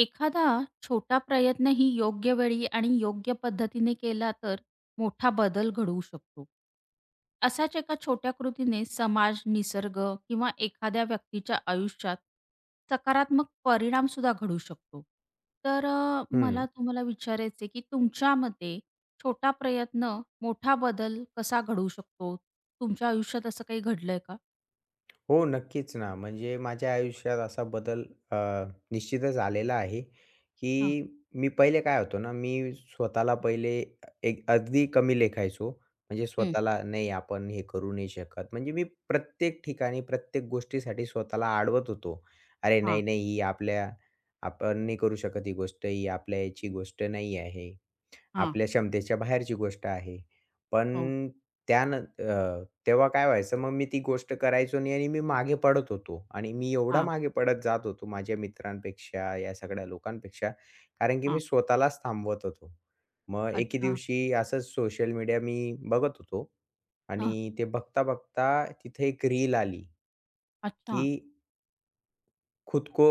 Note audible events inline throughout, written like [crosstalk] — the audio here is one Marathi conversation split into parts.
एखादा छोटा प्रयत्नही योग्य वेळी आणि योग्य पद्धतीने केला तर मोठा बदल घडवू शकतो. असाच एका छोट्या कृतीने समाज, निसर्ग किंवा एखाद्या व्यक्तीच्या आयुष्यात सकारात्मक परिणाम सुद्धा घडू शकतो. तर मला हं. तुम्हाला विचारायचं की तुमच्या मते छोटा प्रयत्न मोठा बदल कसा घडवू शकतो? तुमच्या आयुष्यात असं काही घडलंय का? हो, नक्कीच ना. म्हणजे माझ्या आयुष्यात असा बदल अ, निश्चितच आलेला आहे, हां, की मी पहिले काय होतो ना, मी स्वतःला पहिले एक अगदी कमी लेखायचो. म्हणजे हं, स्वतःला नाही आपण हे करू नाही शकत. म्हणजे मी प्रत्येक ठिकाणी प्रत्येक गोष्टीसाठी स्वतःला अडवत होतो. अरे हां, नाही, नाही ही आपल्या आपण नाही करू शकत ही गोष्ट, ही आपल्या याची गोष्ट नाही आहे. हां, आपल्या क्षमतेच्या बाहेरची गोष्ट आहे. हो, पण त्यानं तेव्हा काय व्हायचं मग मी ती गोष्ट करायचो नाही आणि मी मागे पडत होतो आणि मी एवढा हां, मागे पडत जात होतो माझ्या मित्रांपेक्षा, या सगळ्या लोकांपेक्षा, कारण की हां. मी स्वतःलाच थांबवत होतो. मग एके अच्छा. दिवशी असंच सोशल मीडिया मी बघत होतो हां, आणि ते बघता-बघता तिथे एक रील आली, की अच्छा. खुद को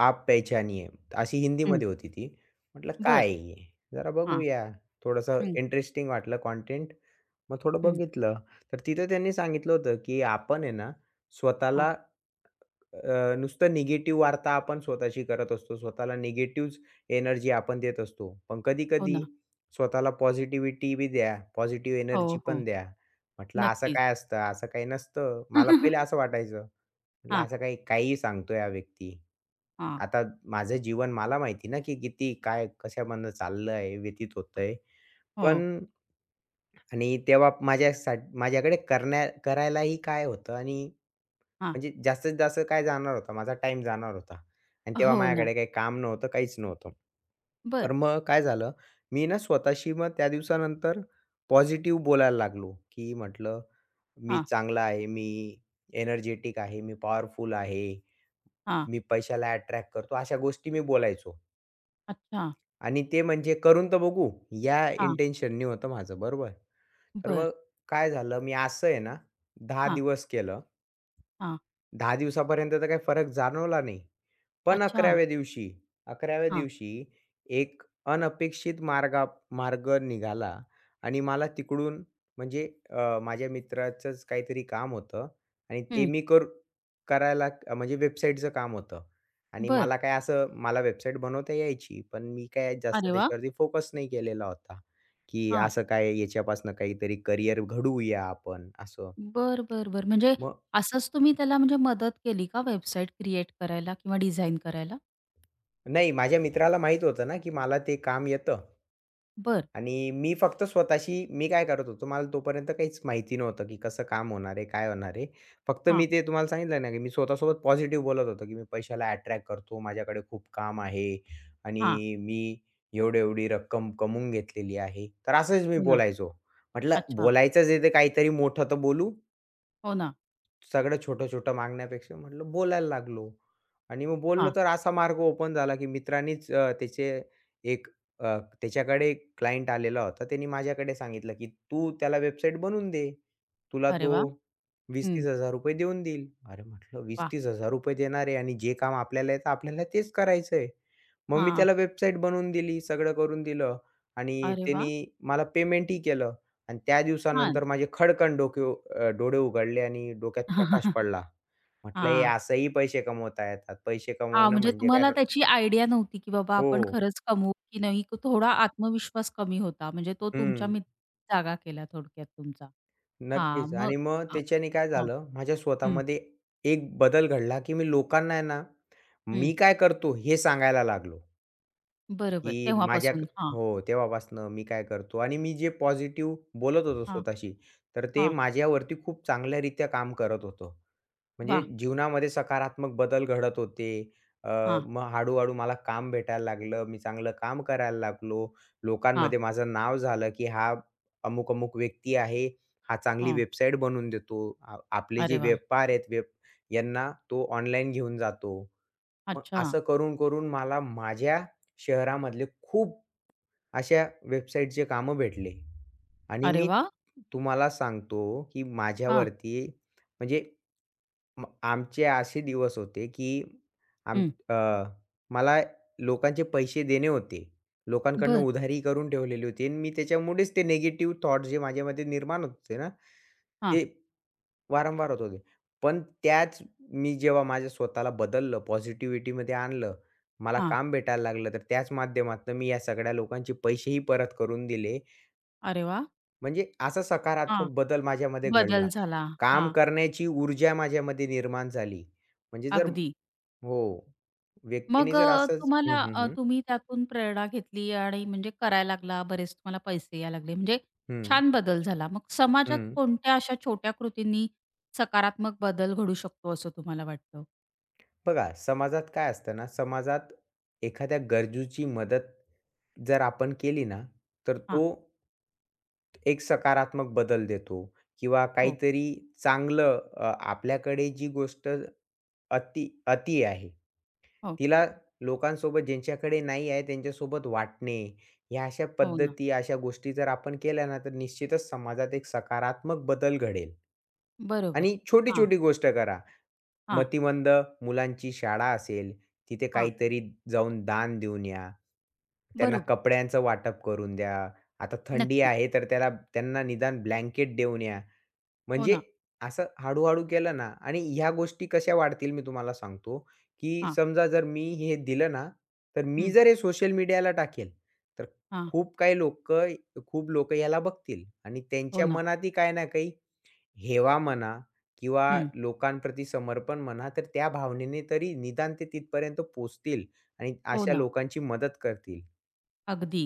आप पहचानिये. अशी हं. हिंदीमध्ये होती ती. म्हटलं बरं. काय आहे हे? जरा हां, बघूया. थोडंसं हं, इंटरेस्टिंग वाटलं कंटेंट. मग थोडं हं. बघितलं. तर तिथं त्यांनी सांगितलं होतं, की आपण आहे ना हां, स्वतःला नुसतं निगेटिव्ह वार्ता आपण स्वतःशी करत असतो. स्वतःला निगेटिव्हच एनर्जी आपण देत असतो. पण हो कधी-कधी ना. स्वतःला पॉझिटिव्हिटी बी द्या. पॉझिटिव्ह हो, एनर्जी हो. पण द्या. म्हटलं असं नक्कीच. काय असतं? असं काही नसतं. मला पहिले असं [laughs] वाटायचं. म्हटलं हां, असं काही काहीही सांगतोय हा व्यक्ती. हां. आता माझं जीवन मला माहिती ना, की किती काय कशामधनं चाललंय, व्यतीत होतंय. हो, पण आणि तेव्हा माझ्यासाठी माझ्याकडे करण्या करायलाही काय होतं आणि हां. म्हणजे जास्तीत जास्त काय जाणार होता, माझा टाईम जाणार होता आणि तेव्हा हो ना. माझ्याकडे काही काम नव्हतं, काहीच नव्हतं. बरं. तर मग काय झालं, मी ना स्वतःशी मग त्या दिवसानंतर पॉझिटिव्ह बोलायला लागलो, की म्हटलं, "मी हां, चांगला आहे, मी एनर्जेटिक आहे, मी पॉवरफुल आहे, हां. मी पैशाला अट्रॅक्ट करतो." अशा गोष्टी मी बोलायचो अच्छा. आणि ते म्हणजे करून तर बघू या हां, इंटेन्शननी होतं माझं, बरोबर. तर बरं. मग काय झालं, मी असं आहे ना 10 हां, दिवस केलं. हां. 10 दिवसापर्यंत तर काही फरक जाणवला नाही. पण अच्छा. 11व्या दिवशी 11व्या हां, दिवशी एक अनपेक्षित मार्ग निघाला आणि मला तिकडून म्हणजे माझ्या मित्राचंच काहीतरी काम होतं आणि ते हं. मी करायला म्हणजे वेबसाईटचं काम होतं आणि बरं. मला काय असं मला वेबसाईट बनवता यायची, पण मी काय जास्त अरे वाह! त्याच्यावरती फोकस नाही केलेला होता, की हां. असं काय याच्यापासून काहीतरी करियर घडवूया आपण असं. बरं, बरं, बरं. म्हणजे मग असंच तुम्ही त्याला म्हणजे मदत केली का वेबसाईट क्रिएट करायला किंवा डिझाइन करायला? नाही, माझ्या मित्राला माहीत होतं ना, की मला ते काम येतं. बरं. आणि मी फक्त स्वतःशी मी काय करत होतो, मला तोपर्यंत काहीच माहिती नव्हतं, की कसं काम होणार आहे, काय होणार आहे. फक्त हां, मी ते तुम्हाला सांगितलं ना, की मी स्वतःसोबत पॉझिटिव्ह बोलत होतो, की मी पैशाला अट्रॅक्ट करतो, माझ्याकडे खूप काम आहे हां. आणि मी एवढी-एवढी रक्कम कमवून घेतलेली आहे. तर असंच मी हो ना. बोलायचो. म्हटलं अच्छा. बोलायचंच आहे, तर काहीतरी मोठं तर बोलू. हो ना. सगळं छोटं-छोटं मागण्यापेक्षा म्हटलं बोलायला लागलो आणि मग बोललो हां. तर असा मार्ग ओपन झाला, की मित्रांनीच अ, त्याचे एक अ, त्याच्याकडे एक क्लायंट आलेला होता. त्यानी माझ्याकडे सांगितलं, की "तू त्याला वेबसाईट बनवून दे. तुला अरे तो वाह! हं. ₹20,000-30,000 देऊन देईल." अरे म्हटलं वाह! ₹20,000-30,000 देणार आहे आणि जे काम आपल्याला येतं आपल्याला तेच करायचं आहे. मग मी हां. त्याला वेबसाईट बनवून दिली, सगळं करून दिलं आणि अरे वाह! त्यानी मला पेमेंटही केलं. आणि त्या छान. दिवसानंतर माझे खडकन डोळे उघडले आणि डोक्यात प्रकाश [laughs] पडला. म्हटलं हे हां. असंही पैसे कमवता येतात. पैसे हां, कमवणं म्हणजे म्हणजे काय तुम्हाला त्याची आयडिया नव्हती, की बाबा हो. आपण खरंच कमवू की नाही? थोडा आत्मविश्वास कमी होता. म्हणजे तो तुमच्या हं. मित्रांनी जागा केला थोडक्यात तुमचा. हां, नक्कीच मग आणि मग हां, त्याच्याने काय हां. झालं माझ्या हं, स्वतःमध्ये एक बदल घडला, की मी लोकांना आहे ना, हं. मी काय करतो हे सांगायला लागलो, बरोबर. की माझ्या तेव्हापासून. हां, हो, तेव्हापासनं मी काय करतो आणि मी जे पॉझिटिव्ह बोलत होतो हां, स्वतःशी, तर ते हां. माझ्यावरती खूप चांगल्यारीत्या काम करत होतं. म्हणजे वाह! जीवनामध्ये सकारात्मक बदल घडत होते. अ, हां, मग हळू मला काम भेटायला लागलं. मी चांगलं काम करायला लागलो. हां, लोकांमध्ये माझं नाव झालं, की हा अमुक-अमुक व्यक्ती आहे. हा चांगली हं. वेबसाईट बनवून देतो. आपले जे अरे वाह! व्यापार आहेत यांना तो ऑनलाईन घेऊन जातो. मग अच्छा. असं करून-करून मला माझ्या शहरामधले खूप अशा वेबसाईटचे कामं भेटले आणि अरे मी वाह! तुम्हाला सांगतो, की हां, माझ्यावरती म्हणजे आमचे असे दिवस होते, की आम हं. अ, मला लोकांचे पैसे देणे होते. लोकांकडनं बरं. उधारी करून ठेवलेली होती आणि मी त्याच्यामुळेच ते निगेटिव्ह थॉट जे माझ्यामध्ये निर्माण होत होते ना, ते हां, वारंवार होत होते. पण त्याच मी जेव्हा माझ्या स्वतःला बदललं, पॉझिटिव्हिटीमध्ये आणलं, मला हां. काम भेटायला लागलं, तर त्याच माध्यमातनं मी या सगळ्या लोकांचे पैसेही परत करून दिले. अरे वाह! म्हणजे असा हां. सकारात्मक बदल माझ्यामध्ये बदल घडला. झाला. काम हां, करण्याची ऊर्जा माझ्यामध्ये निर्माण झाली. म्हणजे जर अगदी. हो. मग व्यक्तीने जर असंच हं, तुम्हाला हं, हं. तुम्ही त्यातून प्रेरणा घेतली आणि म्हणजे करायला लागला, बरेच तुम्हाला पैसे यायला लागले, म्हणजे हं, छान बदल झाला. मग समाजात हं. कोणत्या अशा छोट्या कृतींनी सकारात्मक बदल घडू शकतो असं तुम्हाला वाटतं? बघा समाजात काय असतं ना, समाजात एखाद्या गरजूची मदत जर आपण केली ना, तर हां, तो एक सकारात्मक बदल देतो किंवा हो, काहीतरी चांगलं आपल्याकडे जी गोष्ट अति अति आहे हो, तिला लोकांसोबत ज्यांच्याकडे नाही आहे त्यांच्यासोबत वाटणे, ह्या अशा हो ना. पद्धती, अशा गोष्टी जर आपण केल्या ना, तर निश्चितच समाजात एक सकारात्मक बदल घडेल. बरोबर. आणि हां, छोटी-छोटी गोष्ट करा. हां, मतिमंद मुलांची शाळा असेल, तिथे हां. काहीतरी जाऊन दान देऊन या. त्यांना बरोबर. कपड्यांचं वाटप करून द्या. आता थंडी नक्कीच. आहे, तर त्याला त्यांना निदान ब्लँकेट देऊन या. हो म्हणजे ना. असं हळू-हळू केलं ना आणि ह्या गोष्टी कशा वाढतील मी तुम्हाला सांगतो, की हां, समजा जर मी हे दिलं ना, तर मी हं, जर हे सोशल मीडियाला टाकेल, तर हां. खूप काही लोकं खूप लोकं याला बघतील आणि हो त्यांच्या ना. मनातही काही ना काही हेवा म्हणा किंवा हं, लोकांप्रती समर्पण म्हणा, तर त्या भावनेने तरी निदान ते तिथपर्यंत पोहोचतील आणि हो अशा ना. लोकांची मदत करतील. अगदी.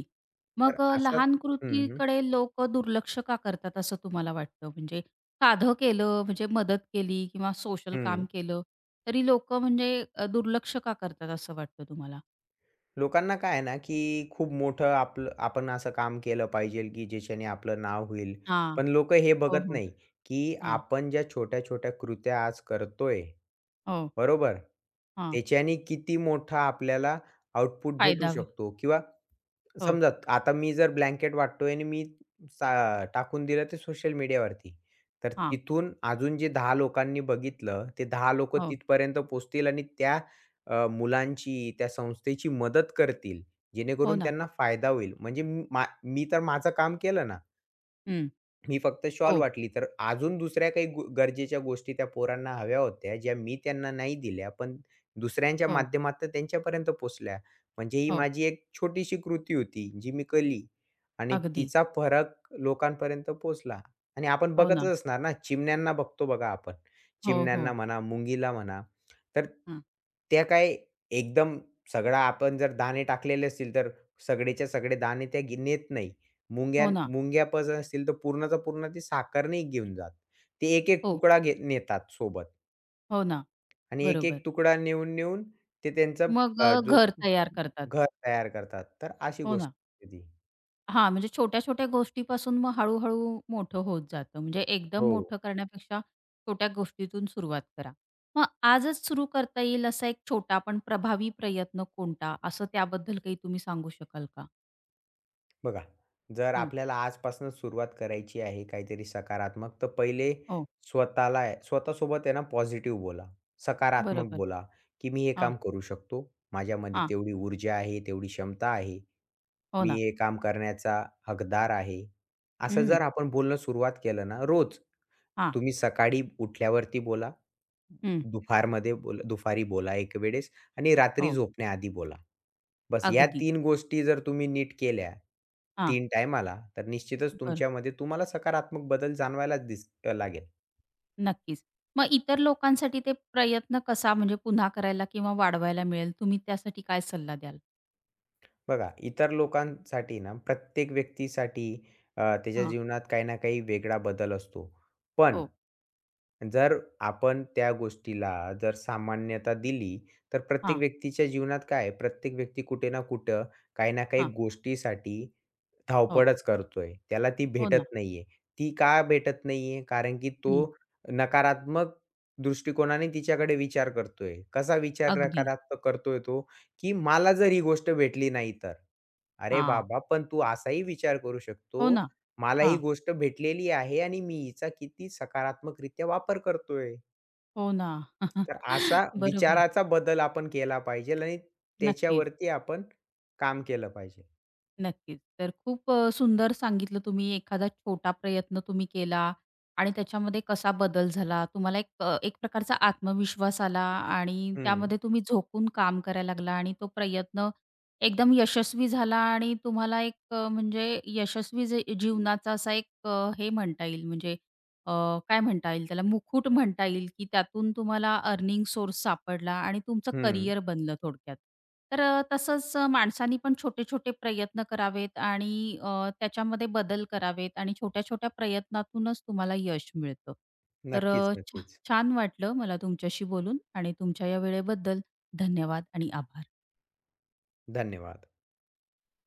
तर मग असं लहान हं, हं. कृतीकडे लोकं दुर्लक्ष का करतात असं तुम्हाला वाटतं? म्हणजे साधं केलं, म्हणजे मदत केली किंवा सोशल काम केलं, तरी लोकं म्हणजे दुर्लक्ष का करतात असं वाटतं तुम्हाला? लोकांना काय आहे ना, की खूप मोठं आपलं आपण असं काम केलं पाहिजे, की ज्याच्याने आपलं नाव होईल. हां. पण लोकं हे हो, बघत हो. नाही, की हां. आपण ज्या छोट्या-छोट्या कृत्या आज करतोय हो. बरोबर. हां. त्याच्याने किती मोठा आपल्याला आउटपुट भेटू फायदा होईल. शकतो किंवा हो. समजा आता मी जर ब्लँकेट वाटतोय आणि मी टाकून दिलं ते सोशल मीडियावरती. तर हां. तिथून अजून जे 10 लोकांनी बघितलं, ते 10 लोकं हो. तिथपर्यंत पोहोचतील आणि त्या मुलांची, त्या संस्थेची मदत करतील, हो जेणेकरून ना. त्यांना फायदा होईल. म्हणजे मी तर माझं काम केलं ना. हं. मी फक्त शॉल हो, वाटली, तर अजून दुसऱ्या काही गरजेच्या गोष्टी त्या पोरांना हव्या होत्या, ज्या मी त्यांना नाही दिल्या, पण दुसऱ्यांच्या हो, माध्यमातून त्यांच्यापर्यंत पोहोचल्या. म्हणजे ही हो. माझी एक छोटीशी कृती होती, जी मी केली आणि अगदी. तिचा फरक लोकांपर्यंत पोहोचला. आणि आपण हो ना. बघतच असणार ना, चिमण्यांना बघतो बघा आपण. हो, चिमण्यांना हो. म्हणा, मुंगीला म्हणा, तर हं. त्या काय एकदम सगळा आपण जर दाणे टाकलेले असतील, तर सगळेच्या सगळे दाणे त्या नेत नाही. मुंग्या हो ना. मुंग्या असतील तर पूर्णच्या पूर्ण ती साखर नाही घेऊन जात. ते एक-एक हो. तुकडा नेतात सोबत हो ना. आणि बरोबर. एक-एक तुकडा नेऊन, नेऊन ते त्यांचा मग अ, जो घर तयार करतात. घर तयार करतात. तर अशी हो गोष्ट ना. आहे ती. हां, म्हणजे छोट्या-छोट्या गोष्टीपासून मग हळू-हळू मोठं होत जातं. म्हणजे एकदम हो. मोठं करण्यापेक्षा छोट्या गोष्टीतून सुरुवात करा. मग आजच सुरू करता येईल असा एक छोटा पण प्रभावी प्रयत्न कोणता? असं त्याबद्दल काही तुम्ही सांगू शकाल का? बघा, जर हं. आपल्याला आजपासूनच सुरुवात करायची आहे काहीतरी सकारात्मक, तर पहिले हो, स्वतःला आहे स्वतःसोबत आहे ना पॉझिटिव्ह बोला, सकारात्मक बरोबर. बोला, की "मी हे हां, काम करू शकतो. माझ्यामध्ये हां. तेवढी ऊर्जा आहे, तेवढी क्षमता आहे. हो मी ना. हे काम करण्याचा हकदार आहे." असं हं. जर आपण बोलणं सुरुवात केलं ना रोज, हां. तुम्ही सकाळी उठल्यावरती बोला, हं. दुपारमध्ये बोला दुपारी बोला एक वेळेस आणि रात्री हो. झोपण्याआधी बोला. बस या अगदी. तीन गोष्टी जर तुम्ही नीट केल्या हां. 3 टायमाला, तर निश्चितच बरं. तुमच्यामध्ये तुम्हाला सकारात्मक बदल जाणवायलाच लागेल. नक्कीच. मग इतर लोकांसाठी ते प्रयत्न कसा म्हणजे पुन्हा करायला किंवा वाढवायला मिळेल? तुम्ही त्यासाठी काय सल्ला द्याल? बघा, इतर लोकांसाठी ना, प्रत्येक व्यक्तीसाठी त्याच्या हां. जीवनात काही ना काही वेगळा बदल असतो. पण हो. जर आपण त्या गोष्टीला जर सामान्यता दिली, तर हां, प्रत्येक व्यक्तीच्या जीवनात काय आहे, प्रत्येक व्यक्ती कुठे ना कुठं, काही ना काही हां. गोष्टीसाठी हो. धावपळच करतोय. त्याला ती हो भेटत नाहीये. ती का भेटत नाहीये? कारण की तो हं, नकारात्मक दृष्टिकोनाने तिच्याकडे विचार करतोय. कसा विचार अगदी. नकारात्मक करतोय तो? की मला जर ही गोष्ट भेटली नाही तर? अरे हां. बाबा, पण तू असाही विचार करू शकतो, हो ना. मला ही हां. गोष्ट भेटलेली आहे आणि मी हिचा किती सकारात्मकरित्या वापर करतोय. हो ना. [laughs] तर असा बरोबर. विचाराचा बदल आपण केला पाहिजेल आणि नक्कीच, त्याच्यावरती आपण काम केलं पाहिजे. नक्कीच. तर खूप सुंदर सांगितलं तुम्ही एखादा छोटा प्रयत्न तुम्ही केला आणि त्याच्यामध्ये कसा बदल झाला. तुम्हाला एक एक प्रकारचा आत्मविश्वास आला आणि हं, त्यामध्ये तुम्ही झोकून काम करायला लागला आणि तो प्रयत्न एकदम यशस्वी झाला आणि तुम्हाला एक म्हणजे यशस्वी जे जीवनाचा असा एक हे म्हणता येईल म्हणजे अ, काय म्हणता येईल त्याला मुकुट म्हणता येईल, की त्यातून तुम्हाला अर्निंग सोर्स सापडला आणि तुमचं हं. करियर बनलं थोडक्यात. तर तसंच माणसांनी पण छोटे-छोटे प्रयत्न करावेत आणि त्याच्यामध्ये बदल करावेत आणि छोट्या-छोट्या प्रयत्नातूनच तुम्हाला यश मिळतं. तर नक्कीच, अ, छ नक्कीच. छान वाटलं मला तुमच्याशी बोलून आणि तुमच्या या वेळेबद्दल धन्यवाद आणि आभार. धन्यवाद.